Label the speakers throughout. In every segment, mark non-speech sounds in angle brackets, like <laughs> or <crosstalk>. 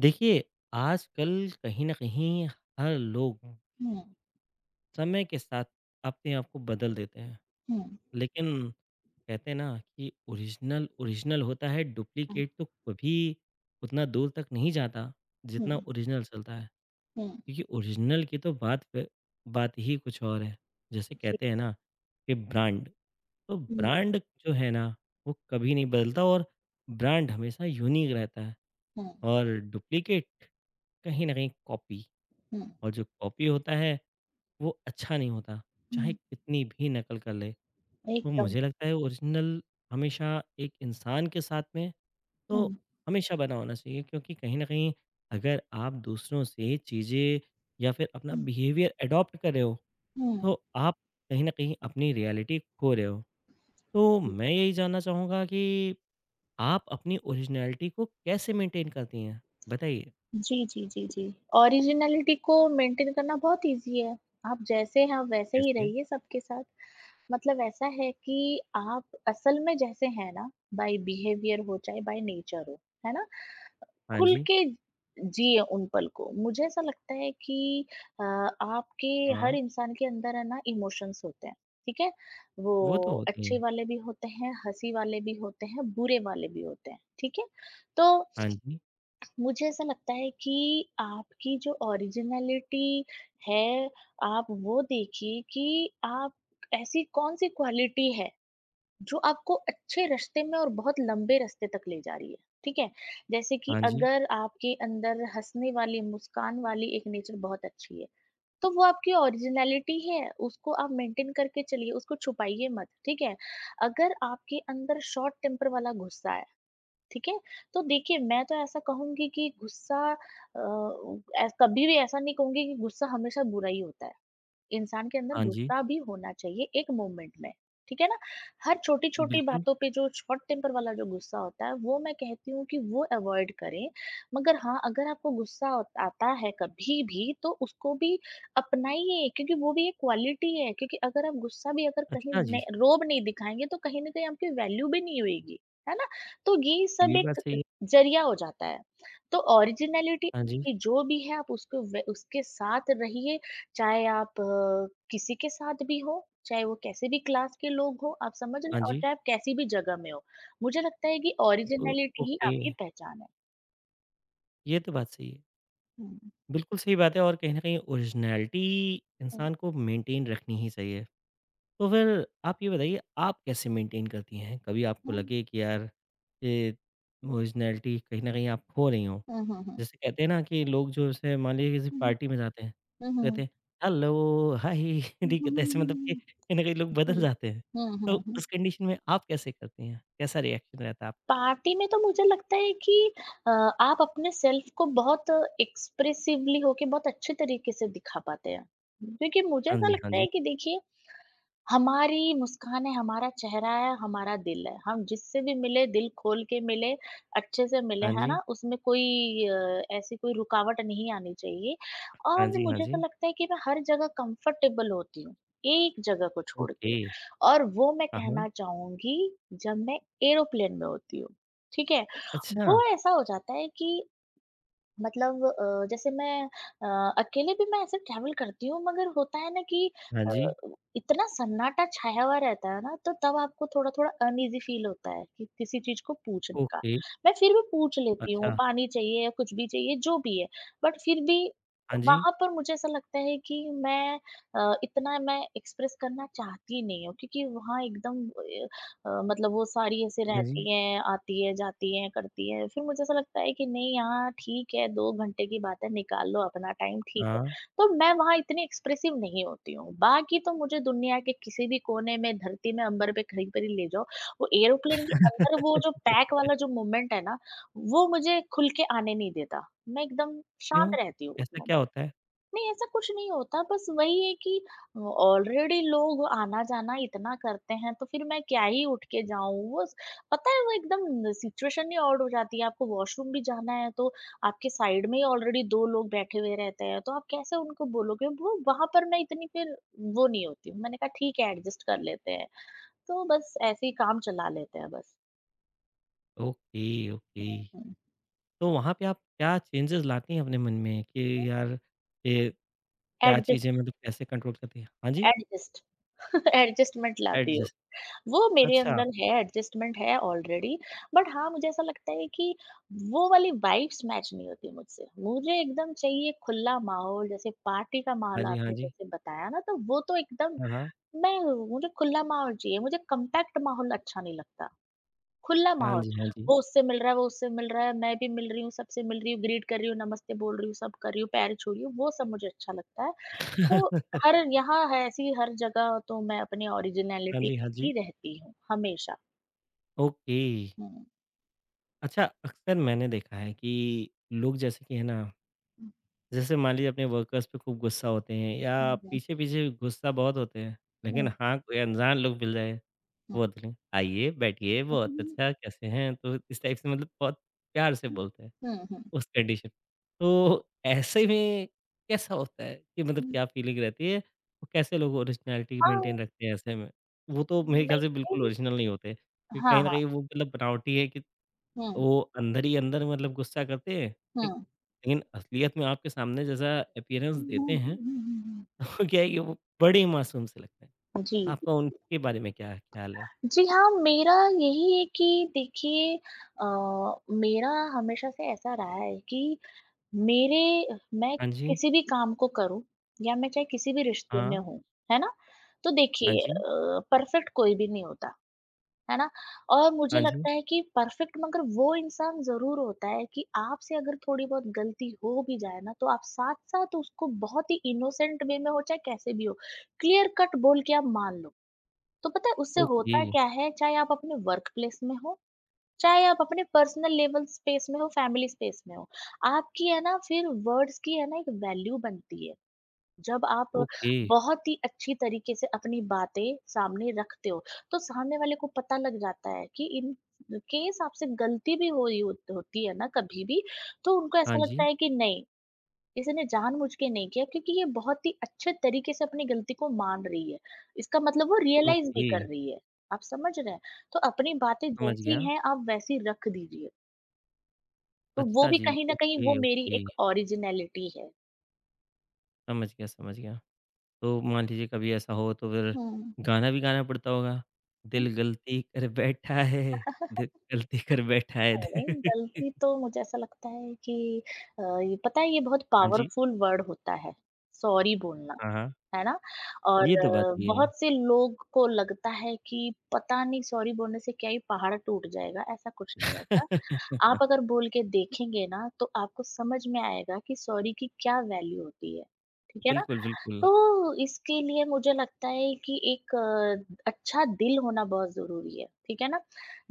Speaker 1: देखिए, आजकल कहीं न कहीं हर लोग हुँ।
Speaker 2: हुँ,
Speaker 1: समय के साथ अपने आप को बदल देते हैं।
Speaker 2: हुँ,
Speaker 1: लेकिन कहते हैं ना कि ओरिजिनल, ओरिजिनल होता है,
Speaker 2: हुँ,
Speaker 1: डुप्लीकेट तो कभी उतना दूर तक नहीं जाता, जितना
Speaker 2: हुँ,
Speaker 1: ओरिजिनल चलता है।
Speaker 2: हुँ,
Speaker 1: क्योंकि ओरिजिनल की तो बात फ बात ही कुछ और है। जैसे
Speaker 2: जी।
Speaker 1: कहते हैं ना कि ब्रांड, तो
Speaker 2: हुँ,
Speaker 1: ब्रांड जो है ना, वो कभी नहीं बदलता और ब्रांड हमेशा यूनिक रहता है
Speaker 2: हुँ,
Speaker 1: और डुप्लीकेट कहीं न कहीं कॉपी।
Speaker 2: हुँ,
Speaker 1: और जो कॉपी होता है वो अच्छा नहीं होता, चाहे
Speaker 2: हुँ,
Speaker 1: कितनी भी नकल कर ले। तो
Speaker 2: एकदम।
Speaker 1: मुझे लगता है ओरिजिनल हमेशा एक इंसान के साथ में तो
Speaker 2: हुँ,
Speaker 1: हमेशा बना होना चाहिए क्योंकि कहीं न कहीं अगर आप दूसरों से चीज़ें या फिर अपना
Speaker 2: हुँ,
Speaker 1: बिहेवियर एडॉप्ट कर रहे हो,
Speaker 2: हुँ।
Speaker 1: तो आप कहीं न कहीं अपनी रियलिटी खो रहे हो। तो
Speaker 2: जी।
Speaker 1: मैं यही जानना चाहूँगा कि आप अपनी ओरिजिनैलिटी को कैसे मेंटेन करती हैं? बताइए।
Speaker 2: जी, जी, जी, जी। ओरिजिनैलिटी को मेंटेन करना बहुत ईज़ी है। आप जैसे हैं, आप वैसे ही
Speaker 1: कैसे?
Speaker 2: रहिए सबके साथ। मतलब ऐसा है कि आप असल में जैसे हैं ना, बाय बिहेवियर हो चाहे बाय नेचर हो, है ना?
Speaker 1: हाँ
Speaker 2: खुल
Speaker 1: जी,
Speaker 2: के जिए उन पल को। मुझे ऐसा लगता है कि आपके हर
Speaker 1: हाँ।
Speaker 2: इंसान के अंदर है ना इमोशंस होते हैं, ठीक है?
Speaker 1: वो तो
Speaker 2: वो
Speaker 1: होती
Speaker 2: अच्छे
Speaker 1: हैं।
Speaker 2: वाले भी होते हैं, हँसी वाले भी होते हैं, बुरे वाले भी होते हैं, ठीक है? तो
Speaker 1: हाँ जी,
Speaker 2: मुझे ऐसा लगता है कि आपकी जो ओरिजिनैलिटी है, आप वो देखिए कि आप ऐसी कौन-सी क्वालिटी है जो आपको अच्छे रास्ते में और बहुत लंबे रास्ते तक ले जा रही है। ठीक है। जैसे कि
Speaker 1: हाँ जी।
Speaker 2: अगर आपके अंदर हंसने वाली मुस्कान वाली एक नेचर बहुत अच्छी है तो वो आपकी ओरिजिनलिटी है, उसको आप मेंटेन करके चलिए, उसको छुपाइए मत। ठीक है? अगर आपके अंदर शॉर्ट टेम्पर वाला गुस्सा है, ठीक है, तो देखिए मैं तो ऐसा कहूंगी कि गुस्सा कभी भी ऐसा नहीं कहूंगी कि गुस्सा हमेशा बुरा ही होता है। इंसान के अंदर
Speaker 1: हाँ जी,
Speaker 2: गुस्सा भी होना चाहिए एक मोमेंट में, ठीक है ना? हर छोटी-छोटी
Speaker 1: बिल्कुल।
Speaker 2: बातों पे जो शॉर्ट टेम्पर वाला जो गुस्सा होता है, वो मैं कहती हूँ कि वो अवॉइड करें। मगर हाँ, अगर आपको गुस्सा आता है कभी भी तो उसको भी अपनाइए क्योंकि वो भी एक क्वालिटी है, क्योंकि अगर आप गुस्सा भी अगर कहीं
Speaker 1: अच्छा जी,
Speaker 2: ने रोब नहीं दिखाएँगे तो कहीं न कहीं आपकी वैल्यू भी नहीं होएगी, है ना? तो ये
Speaker 1: ये
Speaker 2: सब
Speaker 1: भी बात
Speaker 2: एक
Speaker 1: सही है।
Speaker 2: ज़रिया हो जाता है। तो ओरिजिनैलिटी
Speaker 1: हाँ जी,
Speaker 2: जो भी है आप उसको व उसके साथ रहिए, चाहे आप किसी के साथ भी हो, चाहे वो कैसे भी क्लास के लोग हो, आप समझ रहे
Speaker 1: हाँ
Speaker 2: हैं, और
Speaker 1: जी।
Speaker 2: चाहे आप कैसी भी जगह में हो। मुझे लगता है कि
Speaker 1: ओ
Speaker 2: ओरिजिनैलिटी ही
Speaker 1: ओके,
Speaker 2: आपकी पहचान है।
Speaker 1: ये तो बात सही है।
Speaker 2: हुँ, हुँ,
Speaker 1: बिल्कुल सही बात है और कहीं न कहीं ओरिजिनैलिटी इंसान को मेंटेन रखनी ही चाहिए। तो फिर आप ये बताइए आप कैसे मेंटेन करती हैं? कभी आपको
Speaker 2: हुँ,
Speaker 1: लगे कि यार ये ओरिजिनैलिटी कहीं न कहीं आप खो रही हो।
Speaker 2: हुँ, हुँ, हुँ,
Speaker 1: जैसे कहते हैं ना कि लोग जो जैसे मान लीजिए किसी
Speaker 2: हुँ,
Speaker 1: पार्टी में जाते हैं,
Speaker 2: हुँ,
Speaker 1: तो कहते
Speaker 2: हुँ,
Speaker 1: हैं हेलो, हाय <laughs> ठीक है, तो ऐसे मतलब कि कहीं न कहीं लोग
Speaker 2: जी।
Speaker 1: बदल जाते हैं।
Speaker 2: हुँ,
Speaker 1: तो
Speaker 2: हुँ, हुँ।
Speaker 1: उस कंडीशन में आप कैसे करती हैं? कैसा रिएक्शन रहता है आप
Speaker 2: पार्टी में तो मुझे लगता है कि अ, आप अपने सेल्फ को बहुत एक्सप्रेसिवली होके बहुत अच्छे तरीके से दिखा पाते हैं। क्योंकि मुझे
Speaker 1: हाँ
Speaker 2: ऐसा
Speaker 1: जी, हाँ
Speaker 2: लगता
Speaker 1: जी।
Speaker 2: है कि देखिए हमारी मुस्कान है, हमारा चेहरा है, हमारा दिल है। हम जिससे भी मिले दिल खोल के मिले, अच्छे से मिले,
Speaker 1: हाँ
Speaker 2: है
Speaker 1: जी,
Speaker 2: ना? उसमें कोई ऐसी कोई रुकावट नहीं आनी चाहिए।
Speaker 1: हाँ
Speaker 2: और
Speaker 1: जी, हाँ
Speaker 2: मुझे तो
Speaker 1: जी।
Speaker 2: लगता है कि मैं हर जगह कंफर्टेबल होती हूँ, एक जगह को छोड़
Speaker 1: ओके।
Speaker 2: के। और वो मैं
Speaker 1: हाँ, हाँ।
Speaker 2: कहना चाहूँगी, जब मैं एयरोप्लेन में होती हूँ, ठीक है?
Speaker 1: अच्छा,
Speaker 2: वो ऐसा हो जाता है कि मतलब जैसे मैं अ, अकेले भी मैं ऐसे ट्रैवल करती हूँ, मगर होता है ना कि
Speaker 1: हाँ
Speaker 2: अ,
Speaker 1: जी।
Speaker 2: इतना सन्नाटा छाया हुआ रहता है ना, तो तब आपको थोड़ा-थोड़ा अनईज़ी फील होता है कि किसी चीज़ को पूछने का।
Speaker 1: ओके।
Speaker 2: मैं फिर भी पूछ लेती हूँ,
Speaker 1: अच्छा,
Speaker 2: पानी चाहिए या कुछ भी चाहिए जो भी है, बट फिर भी
Speaker 1: हाँ जी,
Speaker 2: वहाँ पर मुझे ऐसा लगता है कि मैं अ, इतना मैं एक्सप्रेस करना चाहती नहीं हूँ, क्योंकि वहाँ एकदम मतलब वो सारी ऐसे
Speaker 1: हाँ जी।
Speaker 2: रहती हैं, आती है, जाती है, करती है। फिर मुझे ऐसा लगता है कि नहीं, यहाँ ठीक है, 2 घंटे की बात है, निकाल लो अपना टाइम, ठीक है।
Speaker 1: हाँ,
Speaker 2: तो मैं वहाँ इतनी एक्सप्रेसिव नहीं होती हूँ। बाकी तो मुझे दुनिया के किसी भी कोने में, धरती में, अंबर पे, कहीं पर ही ले जाओ, वो एयरोप्लेन के अंदर वो जो पैक वाला जो मोमेंट है ना, वो मुझे खुल के आने नहीं देता। मैं एकदम शांत
Speaker 1: क्यों?
Speaker 2: रहती हूँ उस
Speaker 1: ऐसा
Speaker 2: मोमेंट।
Speaker 1: क्या होता है?
Speaker 2: नहीं, ऐसा कुछ नहीं होता, बस वही है कि ऑलरेडी लोग आना-जाना इतना करते हैं, तो फिर मैं क्या ही उठ के जाऊँ? वो स पता है, वो एकदम सिचुएशन ही ऑड हो जाती है। आपको वॉशरूम भी जाना है, तो आपके साइड में ही ऑलरेडी 2 लोग बैठे हुए रहते हैं, तो आप कैसे उनको बोलोगे? वो वहाँ पर मैं इतनी फिर वो नहीं होती हूँ। मैंने कहा, "ठीक है, एडजस्ट कर लेते हैं।" तो बस ऐसे ही काम चला लेते हैं बस।
Speaker 1: Okay, okay.
Speaker 2: हुँ,
Speaker 1: तो वहाँ पे आप क्या चेंजेज़ लाती हैं अपने मन में कि यार ये क्या चीज़ें
Speaker 2: एडजस्ट
Speaker 1: मतलब कैसे कंट्रोल करती हैं? हाँ जी,
Speaker 2: एडजस्ट एडजस्टमेंट <laughs> लाती हो।
Speaker 1: एडजस्ट
Speaker 2: वो मेरे
Speaker 1: अच्छा,
Speaker 2: अंदर है, एडजस्टमेंट है ऑलरेडी, बट हाँ, मुझे ऐसा लगता है कि वो वाली वाइब्स मैच नहीं होती मुझसे। मुझे एकदम चाहिए खुला माहौल, जैसे पार्टी का
Speaker 1: हाँ
Speaker 2: माहौल
Speaker 1: जी, हाँ
Speaker 2: आपने
Speaker 1: जी।
Speaker 2: जैसे बताया ना, तो वो तो एकदम
Speaker 1: हाँ, हाँ।
Speaker 2: मैं हूँ, मुझे खुला माहौल चाहिए, मुझे कॉम्पैक्ट माहौल अच्छा नहीं लगता। खुला
Speaker 1: हाँ
Speaker 2: माहौल,
Speaker 1: जी, हाँ जी।
Speaker 2: वो उससे मिल रहा है, वो उससे मिल रहा है, मैं भी मिल रही हूँ, सबसे मिल रही हूँ, ग्रीट कर रही हूँ, नमस्ते बोल रही हूँ, सब कर रही हूँ, पैर छू रही हूँ, वो सब मुझे अच्छा लगता है। तो
Speaker 1: <laughs>
Speaker 2: हर यहाँ है ऐसी हर जगह तो मैं अपनी
Speaker 1: हाँ
Speaker 2: ओरिजिनैलिटी
Speaker 1: जी, हाँ जी।
Speaker 2: ही रहती हूँ, हमेशा।
Speaker 1: ओके।
Speaker 2: हाँ,
Speaker 1: अच्छा अक्सर मैंने देखा है कि लोग जैसे कि है ना, जैसे मान लीजिए अपने वर्कर्स पे खूब गुस्सा होते हैं या
Speaker 2: हुँ, हुँ।
Speaker 1: पीछे-पीछे गुस्सा बहुत होते हैं, लेकिन हाँ, कोई अनजान लोग मिल जाए बहुत बढ़िया, आइए, बैठिए, बहुत अच्छा, कैसे हैं? तो इस टाइप से मतलब बहुत प्यार से बोलते हैं, उस कंडीशन तो ऐसे में कैसा होता है कि मतलब क्या फ़ीलिंग रहती है? और कैसे लोग ओरिजिनैलिटी
Speaker 2: हाँ,
Speaker 1: मेंटेन रखते हैं ऐसे में? वो तो मेरे ख़्याल से बिल्कुल
Speaker 2: मेंटेन
Speaker 1: ओरिजिनल नहीं होते, क्योंकि
Speaker 2: हाँ,
Speaker 1: कहीं न
Speaker 2: हाँ।
Speaker 1: कहीं वो मतलब बनावटी है कि
Speaker 2: हुँ,
Speaker 1: वो अंदर ही अंदर मतलब गुस्सा करते हैं, ठीक?
Speaker 2: हुँ।
Speaker 1: लेकिन असलियत में आपके सामने जैसा अपीयरेंस देते हैं, <laughs> तो क्या है कि वो बड़े ही मासूम से लगते हैं।
Speaker 2: जी, जी
Speaker 1: आपका उनके बारे में क्या ख़्याल है?
Speaker 2: जी हाँ, मेरा यही है कि देखिए मेरा हमेशा से ऐसा रहा है कि मेरे मैं
Speaker 1: हाँ जी,
Speaker 2: किसी भी काम को करूँ या मैं चाहे किसी भी रिश्ते में
Speaker 1: हाँ।
Speaker 2: हूँ, है ना? तो
Speaker 1: हाँ
Speaker 2: देखिए
Speaker 1: जी,
Speaker 2: परफेक्ट कोई भी नहीं होता। है ना? और मुझे
Speaker 1: हाँ जी।
Speaker 2: लगता है कि परफेक्ट मगर वो इंसान ज़रूर होता है कि आपसे अगर थोड़ी बहुत गलती हो भी जाए ना, तो आप साथ-साथ उसको बहुत ही इनोसेंट वे में हो, चाहे कैसे भी हो, क्लियर कट बोल के आप मान लो। तो पता है उससे
Speaker 1: ओके,
Speaker 2: होता क्या है, चाहे आप अपने वर्क प्लेस में हो, चाहे आप अपने पर्सनल लेवल स्पेस में हो, फैमिली स्पेस में हो, आपकी है ना फिर वर्ड्स की है ना एक वैल्यू बनती है। जब आप
Speaker 1: ओके।
Speaker 2: बहुत ही अच्छी तरीके से अपनी बातें सामने रखते हो तो सामने वाले को पता लग जाता है कि इन केस आपसे गलती भी होती है ना कभी भी, तो उनको
Speaker 1: हाँ
Speaker 2: ऐसा
Speaker 1: जी,
Speaker 2: लगता है कि नहीं, इसने जानबूझ के नहीं किया क्योंकि ये बहुत ही अच्छे तरीके से अपनी गलती को मान रही है, इसका मतलब वो रियलाइज भी
Speaker 1: ओके,
Speaker 2: कर रही है, आप समझ रहे हैं। तो अपनी बातें
Speaker 1: समझ गया।
Speaker 2: जैसी हैं आप वैसी रख दीजिए। तो वो
Speaker 1: अच्छा
Speaker 2: भी
Speaker 1: जी,
Speaker 2: कहीं ना कहीं वो
Speaker 1: ओके,
Speaker 2: मेरी
Speaker 1: ओके,
Speaker 2: एक ओरिजिनलिटी है।
Speaker 1: समझ गया, समझ गया। तो मान लीजिए कभी ऐसा हो तो फिर
Speaker 2: हम्म।
Speaker 1: गाना भी गाना पड़ता होगा? दिल गलती कर बैठा है,
Speaker 2: हम्म।
Speaker 1: दिल गलती कर बैठा है।
Speaker 2: नहीं, नहीं,
Speaker 1: <laughs>
Speaker 2: गलती तो मुझे ऐसा लगता है कि ये पता है ये बहुत
Speaker 1: हाँ जी,
Speaker 2: पावरफुल वर्ड होता है, सॉरी बोलना,
Speaker 1: हाँ, हाँ।
Speaker 2: है ना? और
Speaker 1: ये तो बात सही है।
Speaker 2: बहुत से लोग को लगता है कि पता नहीं सॉरी बोलने से क्या ही पहाड़ टूट जाएगा, ऐसा कुछ नहीं होता। आप
Speaker 1: <laughs>
Speaker 2: अगर बोल के देखेंगे ना, तो आपको समझ में आएगा कि सॉरी की क्या वैल्यू होती है, ठीक है ना?
Speaker 1: बिल्कुल, बिल्कुल।
Speaker 2: तो इसके लिए मुझे लगता है कि एक अच्छा दिल होना बहुत ज़रूरी है, ठीक है ना?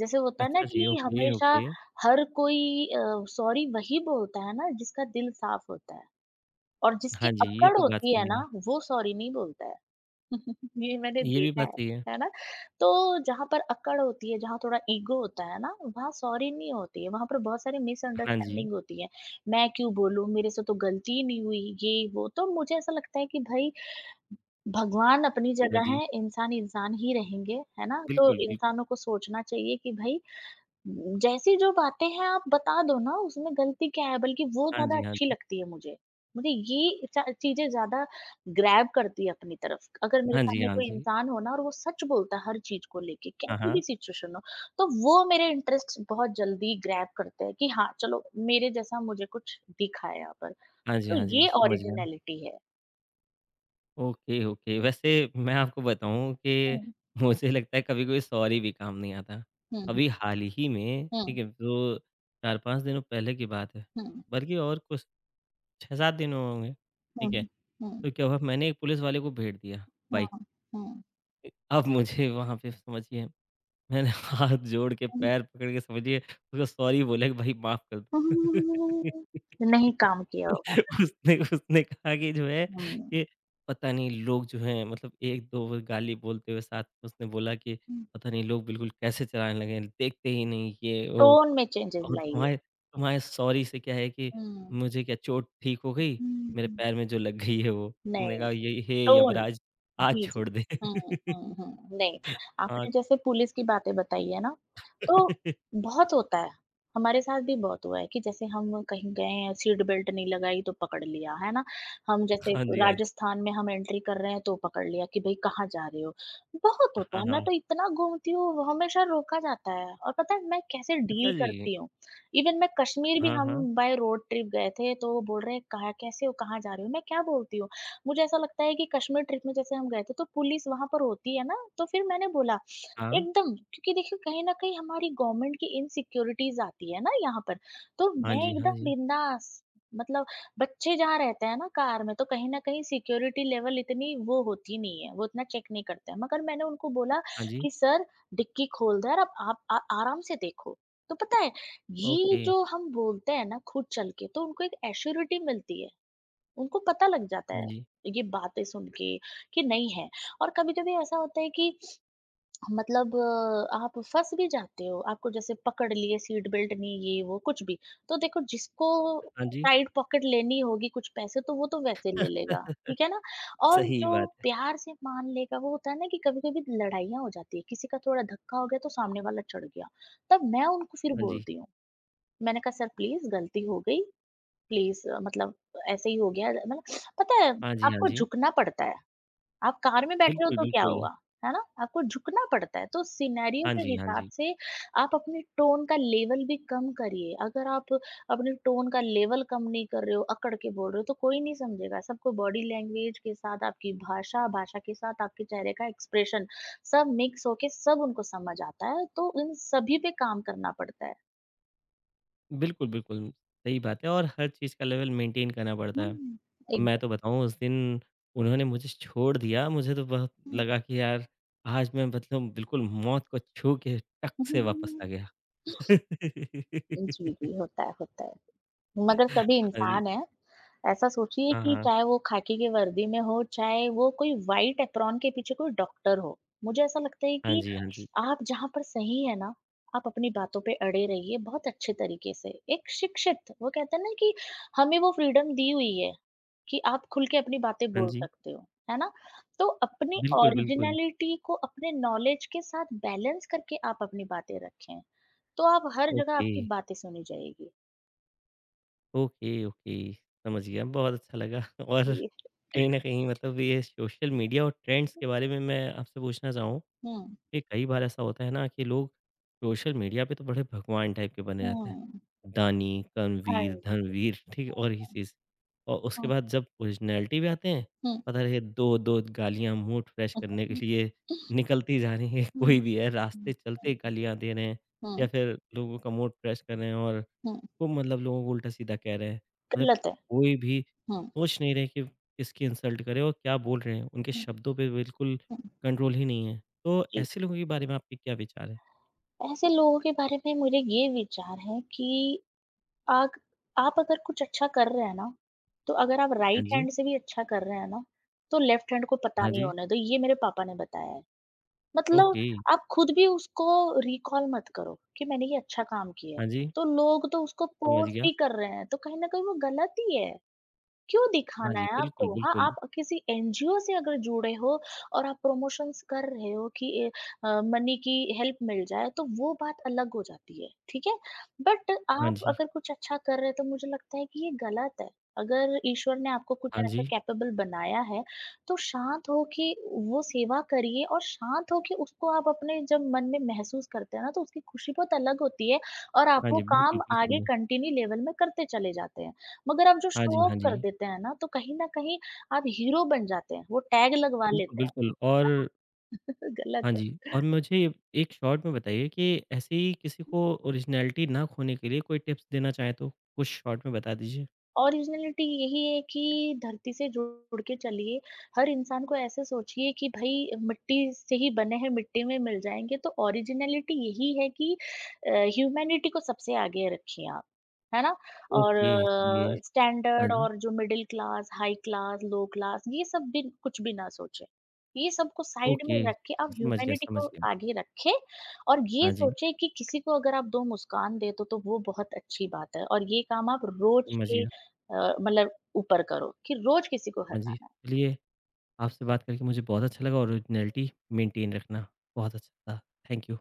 Speaker 2: जैसे होता है ना
Speaker 1: अच्छा जी,
Speaker 2: कि
Speaker 1: ओके,
Speaker 2: हमेशा
Speaker 1: ओके।
Speaker 2: हर कोई सॉरी वही बोलता है ना जिसका दिल साफ होता है, और जिसकी
Speaker 1: हाँ जी, ये
Speaker 2: अक्कड़
Speaker 1: तो बात
Speaker 2: होती है
Speaker 1: सही
Speaker 2: ना
Speaker 1: है।
Speaker 2: वो सॉरी नहीं बोलता है। <laughs> ये मैंने
Speaker 1: ये भी
Speaker 2: देखा
Speaker 1: बात सही है।
Speaker 2: है ना? तो जहाँ पर अक्कड़ होती है, जहाँ थोड़ा ईगो होता है ना, वहाँ सॉरी नहीं होती है, वहाँ पर बहुत सारी
Speaker 1: हाँ जी,
Speaker 2: मिसअंडरस्टैंडिंग होती है। मैं क्यों बोलूँ? मेरे से तो गलती ही नहीं हुई, ये वो। तो मुझे ऐसा लगता है कि भई भगवान अपनी
Speaker 1: हाँ
Speaker 2: जगह
Speaker 1: जी।
Speaker 2: हैं, इंसान इंसान ही रहेंगे, है ना? तो
Speaker 1: बिल्कुल, बिल्कुल।
Speaker 2: इंसानों को सोचना चाहिए कि भई जैसी जो बातें हैं आप बता दो ना, उसमें गलती क्या है? बल्कि वो
Speaker 1: हाँ
Speaker 2: ज़्यादा
Speaker 1: जी, हाँ
Speaker 2: अच्छी
Speaker 1: जी।
Speaker 2: लगती है मुझे। मुझे ये चा चीज़ें ज़्यादा ग्रैब करती है अपनी तरफ। अगर मेरे
Speaker 1: हाँ जी,
Speaker 2: सामने
Speaker 1: हाँ
Speaker 2: कोई
Speaker 1: जी।
Speaker 2: इंसान हो ना और वो सच बोलता है हर चीज़ को लेके,
Speaker 1: हाँ,
Speaker 2: कैसी
Speaker 1: हाँ।
Speaker 2: भी सिचुएशन हो, तो वो मेरे इंटरेस्ट बहुत जल्दी ग्रैब करते हैं कि हाँ, चलो मेरे जैसा मुझे कुछ दिखा है यहाँ पर।
Speaker 1: हाँ जी,
Speaker 2: तो
Speaker 1: हाँ जी,
Speaker 2: ये
Speaker 1: समझ गया।
Speaker 2: ओरिजिनैलिटी है।
Speaker 1: Okay, okay. वैसे मैं आपको बताऊँ कि
Speaker 2: हुँ।
Speaker 1: मुझे लगता है कभी कोई सॉरी भी काम नहीं आता।
Speaker 2: हुँ, हुँ।
Speaker 1: अभी हाल ही में, ठीक है, जो 4-5 दिनों पहले की बात है,
Speaker 2: हुँ, हुँ।
Speaker 1: बल्कि और कुछ 6-7 दिन हुए होंगे, ठीक है।
Speaker 2: हुँ, हुँ,
Speaker 1: तो क्या हुआ मैंने एक पुलिस वाले को भेंट दिया
Speaker 2: हुँ,
Speaker 1: बाइक।
Speaker 2: हुँ,
Speaker 1: अब मुझे वहाँ पे समझिए मैंने <laughs> हाथ जोड़ के
Speaker 2: हुँ।
Speaker 1: पैर पकड़ के समझिए उसको सॉरी बोला कि भाई माफ़ कर दो।
Speaker 2: नहीं
Speaker 1: <laughs>
Speaker 2: काम किया होगा।
Speaker 1: उसने उसने कहा कि जो है
Speaker 2: हुँ,
Speaker 1: कि पता नहीं लोग जो हैं मतलब 1-2 गाली बोलते हुए साथ में उसने बोला कि
Speaker 2: हुँ।
Speaker 1: पता नहीं लोग बिल्कुल कैसे चलाने लगे हैं, देखते ही नहीं ये वो
Speaker 2: टोन में चेंजेस
Speaker 1: और
Speaker 2: लाइए।
Speaker 1: तुम्हारे तुम्हारे सॉरी से क्या है कि
Speaker 2: हुँ,
Speaker 1: मुझे क्या चोट ठीक हो गई,
Speaker 2: हुँ,
Speaker 1: मेरे
Speaker 2: हुँ।
Speaker 1: पैर में जो लग गई है वो। मैंने
Speaker 2: नहीं,
Speaker 1: कहा ये हे
Speaker 2: टोन।
Speaker 1: यमराज आज
Speaker 2: जी, जी।
Speaker 1: छोड़ दे।
Speaker 2: हुँ,
Speaker 1: <laughs>
Speaker 2: हुँ, हुँ। नहीं,
Speaker 1: हाँ।
Speaker 2: आपने जैसे पुलिस की बातें बताई है ना, तो
Speaker 1: <laughs>
Speaker 2: बहुत होता है। हमारे साथ भी बहुत हुआ है कि जैसे हम कहीं गए हैं, सीट बेल्ट नहीं लगाई तो पकड़ लिया, है ना? हम जैसे
Speaker 1: हाँ जी, हाँ जी।
Speaker 2: राजस्थान में हम एंट्री कर रहे हैं तो पकड़ लिया कि भई कहाँ जा रहे हो? बहुत होता
Speaker 1: हाँ,
Speaker 2: है, मैं तो
Speaker 1: हाँ।
Speaker 2: इतना घूमती हूँ, हमेशा रोका जाता है और पता है मैं कैसे
Speaker 1: अच्छा
Speaker 2: डील
Speaker 1: जी।
Speaker 2: करती हूँ। इवन मैं कश्मीर भी
Speaker 1: हाँ,
Speaker 2: हम
Speaker 1: हाँ।
Speaker 2: बाय रोड ट्रिप गए थे तो वो बोल रहे हैं, "कहाँ कैसे हो? कहाँ जा रहे हो?" मैं क्या बोलती हूँ? मुझे ऐसा लगता है कि कश्मीर ट्रिप में जैसे हम गए थे, तो पुलिस वहाँ पर होती है ना, तो फिर मैंने बोला
Speaker 1: हाँ।
Speaker 2: एकदम क्योंकि देखिए कहीं न कहीं हमारी गवर्नमेंट की इनसिक्योरिटीज़ आती है ना यहाँ पर, तो
Speaker 1: हाँ
Speaker 2: मैं
Speaker 1: जी, हाँ
Speaker 2: एकदम
Speaker 1: जी।
Speaker 2: बिंदास मतलब बच्चे जहाँ रहते हैं ना कार में, तो कहीं न कहीं सिक्योरिटी लेवल इतनी वो होती नहीं है, वो इतना चेक नहीं करते हैं। मगर मैंने उनको बोला
Speaker 1: हाँ जी।
Speaker 2: कि सर डिक्की खोल दो और अब आप आ आराम से देखो। तो पता है, ये
Speaker 1: ओके।
Speaker 2: जो हम बोलते हैं ना खुद चल के, तो उनको एक एश्योरिटी मिलती है। उनको पता लग जाता
Speaker 1: हाँ
Speaker 2: है
Speaker 1: जी।
Speaker 2: ये बातें सुन के कि नहीं है। और कभी-कभी ऐसा होता है कि मतलब आप फँस भी जाते हो, आपको जैसे पकड़ लिए सीट बेल्ट नहीं ये वो कुछ भी। तो देखो जिसको
Speaker 1: हाँ जी।
Speaker 2: साइड पॉकेट लेनी होगी कुछ पैसे तो वो तो वैसे ले लेगा,
Speaker 1: <laughs>
Speaker 2: ठीक है ना? और
Speaker 1: सही
Speaker 2: जो
Speaker 1: बात है।
Speaker 2: प्यार से मान लेगा वो होता है ना कि कभी-कभी लड़ाइयाँ हो जाती है, किसी का थोड़ा धक्का हो गया तो सामने वाला चढ़ गया। तब मैं उनको फिर
Speaker 1: हाँ जी।
Speaker 2: बोलती हूँ, मैंने कहा सर प्लीज़ गलती हो गई, प्लीज़ मतलब ऐसे ही हो गया मतलब पता है
Speaker 1: हाँ जी, हाँ
Speaker 2: आपको
Speaker 1: जी।
Speaker 2: झुकना पड़ता है। आप कार में बैठे हो
Speaker 1: बिल्कुल,
Speaker 2: तो क्या
Speaker 1: बिल्कुल।
Speaker 2: हुआ, है ना? आपको झुकना पड़ता है। तो सिनेरियो
Speaker 1: हाँ
Speaker 2: के
Speaker 1: जी, हाँ
Speaker 2: हिसाब
Speaker 1: जी।
Speaker 2: से आप अपने टोन का लेवल भी कम करिए। अगर आप अपने टोन का लेवल कम नहीं कर रहे हो, अकड़ के बोल रहे हो तो कोई नहीं समझेगा। सबको बॉडी लैंग्वेज के साथ आपकी भाषा, भाषा के साथ आपके चेहरे का एक्सप्रेशन सब मिक्स होके सब उनको समझ आता है। तो इन सभी पे काम करना पड़ता है।
Speaker 1: बिल्कुल, बिल्कुल। सही बात है और हर चीज़ का लेवल मेंटेन करना पड़ता है।
Speaker 2: हुँ,
Speaker 1: अब मैं तो बताऊँ उस दिन उन्होंने मुझे छोड़ दिया, मुझे तो बहुत
Speaker 2: एकदम।
Speaker 1: लगा कि यार आज मैं मतलब बिल्कुल मौत को छू के टक से वापस आ गया।
Speaker 2: जी, जी,
Speaker 1: <laughs>
Speaker 2: होता है, होता है। मगर सभी
Speaker 1: हाँ जी।
Speaker 2: इंसान हैं। ऐसा सोचिए
Speaker 1: हाँ,
Speaker 2: कि
Speaker 1: हाँ।
Speaker 2: चाहे वो खाकी की वर्दी में हो, चाहे वो कोई व्हाइट एप्रॉन के पीछे कोई डॉक्टर हो। मुझे ऐसा लगता है
Speaker 1: हाँ
Speaker 2: कि
Speaker 1: जी, हाँ जी।
Speaker 2: आप जहाँ पर सही हैं ना, आप अपनी बातों पे अड़े रहिए बहुत अच्छे तरीके से। एक शिक्षित वो कहते हैं ना कि हमें वो फ्रीडम दी हुई है कि आप खुल के अपनी बातें
Speaker 1: हाँ
Speaker 2: बोल
Speaker 1: जी।
Speaker 2: सकते हो, है ना? तो अपनी
Speaker 1: बिल्कुल, बिल्कुल।
Speaker 2: ओरिजिनैलिटी को अपने नॉलेज के साथ बैलेंस करके आप अपनी बातें रखें। तो आप हर जगह
Speaker 1: ओके,
Speaker 2: आपकी बातें सुनी जाएगी।
Speaker 1: ओके, ओके, समझ गया। बहुत अच्छा लगा <laughs> और
Speaker 2: जी।
Speaker 1: कहीं न कहीं मतलब ये सोशल मीडिया और ट्रेंड्स के बारे में मैं आपसे पूछना चाहूँगा
Speaker 2: हुँ,
Speaker 1: ये कई बार ऐसा होता है ना कि लोग सोशल मीडिया पे तो बड़े भगवान टाइप के बने रहते हैं।
Speaker 2: हुँ।
Speaker 1: दानी,
Speaker 2: हाँ,
Speaker 1: कर्मवीर, धर्मवीर <laughs> ठीक है? और ही चीज़। और उसके
Speaker 2: हुँ,
Speaker 1: बाद जब ओरिजिनैलिटी पे आते हैं,
Speaker 2: हुँ,
Speaker 1: पता रहे 2-2 गालियाँ मूड फ्रेश
Speaker 2: हुँ,
Speaker 1: करने के
Speaker 2: हुँ,
Speaker 1: लिए निकलती जा रही हैं। <laughs>
Speaker 2: हुँ,
Speaker 1: कोई भी है रास्ते
Speaker 2: हुँ,
Speaker 1: चलते गालियाँ दे रहे हैं या
Speaker 2: हुँ,
Speaker 1: फिर लोगों का मूड फ्रेश कर रहे हैं और
Speaker 2: हुँ,
Speaker 1: खूब मतलब लोगों को उल्टा-सीधा कह रहे हैं। मतलब
Speaker 2: गलत है।
Speaker 1: कोई भी
Speaker 2: हुँ,
Speaker 1: सोच नहीं रहे कि किसकी इंसल्ट करें और क्या बोल रहे हैं। उनके
Speaker 2: हुँ,
Speaker 1: शब्दों पे बिल्कुल
Speaker 2: हुँ,
Speaker 1: कंट्रोल ही नहीं है। तो
Speaker 2: जी।
Speaker 1: ऐसे लोगों के बारे में आपके क्या विचार हैं?
Speaker 2: ऐसे लोगों के बारे में मेरे ये विचार है कि आग आप अगर कुछ अच्छा कर रहे हैं ना, तो अगर आप
Speaker 1: हाँ
Speaker 2: राइट
Speaker 1: जी,
Speaker 2: हैंड से भी अच्छा कर रहे हैं ना, तो लेफ्ट हैंड को पता
Speaker 1: हाँ
Speaker 2: नहीं
Speaker 1: जी,
Speaker 2: होने दो, ये मेरे पापा ने बताया है। मतलब
Speaker 1: ओके,
Speaker 2: आप खुद भी उसको रिकॉल मत करो कि मैंने ये अच्छा काम किया है,
Speaker 1: हाँ जी,
Speaker 2: तो लोग तो उसको
Speaker 1: समझ
Speaker 2: फोर्स
Speaker 1: गया।
Speaker 2: ही कर रहे हैं, तो कहीं न कहीं वो गलत ही है। क्यों
Speaker 1: हाँ
Speaker 2: दिखाना
Speaker 1: जी,
Speaker 2: है आपको
Speaker 1: बिल्कुल,
Speaker 2: वहाँ?
Speaker 1: बिल्कुल।
Speaker 2: आप किसी एनजीओ से अगर जुड़े हो और आप प्रमोशंस कर रहे हो कि मनी की हेल्प मिल जाए, तो वो बात अलग हो जाती है, ठीक है? बट
Speaker 1: हाँ
Speaker 2: आप
Speaker 1: जी,
Speaker 2: अगर कुछ अच्छा कर रहे हो, तो मुझे लगता है कि ये गलत है। अगर ईश्वर ने आपको कुछ
Speaker 1: हाँ
Speaker 2: ऐसा
Speaker 1: जी,
Speaker 2: कैपेबल बनाया है, तो शांत हो के वो सेवा करिए और शांत हो के उसको आप अपने जब मन में महसूस करते हैं ना, तो उसकी खुशी बहुत अलग होती है और आप
Speaker 1: हाँ
Speaker 2: वो
Speaker 1: जी, बिल्कुल,
Speaker 2: काम आगे
Speaker 1: बिल्कुल।
Speaker 2: कंटिन्यू लेवल में करते चले जाते हैं। मगर आप जो
Speaker 1: हाँ जी,
Speaker 2: शो
Speaker 1: हाँ
Speaker 2: ऑफ
Speaker 1: जी,
Speaker 2: कर देते हैं ना, तो कहीं न कहीं आप हीरो बन जाते हैं, वो टैग लगवा
Speaker 1: बिल्कुल,
Speaker 2: लेते हैं।
Speaker 1: बिल्कुल और
Speaker 2: <laughs> गलत
Speaker 1: हाँ
Speaker 2: है।
Speaker 1: जी, और मुझे एक शॉर्ट में बताइए कि ऐसे ही किसी को ओरिजिनैलिटी ना खोने के लिए कोई टिप्स देना चाहें तो कुछ शॉर्ट में बता दीजिए?
Speaker 2: ओरिजिनलिटी यही है कि धरती से जुड़ के चलिए। हर इंसान को ऐसे सोचिए कि भई मिट्टी से ही बने हैं, मिट्टी में मिल जाएँगे। तो ओरिजिनलिटी यही है कि अ, ह्यूमैनिटी को सबसे आगे रखिए आप। है ना? और
Speaker 1: ओके, चलिए
Speaker 2: जी।
Speaker 1: हाँ
Speaker 2: स्टैंडर्ड
Speaker 1: जी,
Speaker 2: और जो middle class, high class, low class ये सब भी कुछ भी ना सोचें। ये सबको साइड
Speaker 1: ओके,
Speaker 2: में रख के आप
Speaker 1: समझ गया,
Speaker 2: ह्यूमैनिटी को
Speaker 1: समझ गया।
Speaker 2: आगे रखें और ये
Speaker 1: हाँ जी,
Speaker 2: सोचें कि किसी को अगर आप 2 मुस्कान दे दो, तो वो बहुत अच्छी बात है और ये काम आप रोज़
Speaker 1: समझ
Speaker 2: के
Speaker 1: गया।
Speaker 2: मतलब ऊपर करो कि रोज किसी को
Speaker 1: हाँ जी,
Speaker 2: हँसाना है।
Speaker 1: चलिए आपसे बात करके मुझे बहुत अच्छा लगा ओरिजिनैलिटी मेंटेन रखना बहुत अच्छा था। Thank you.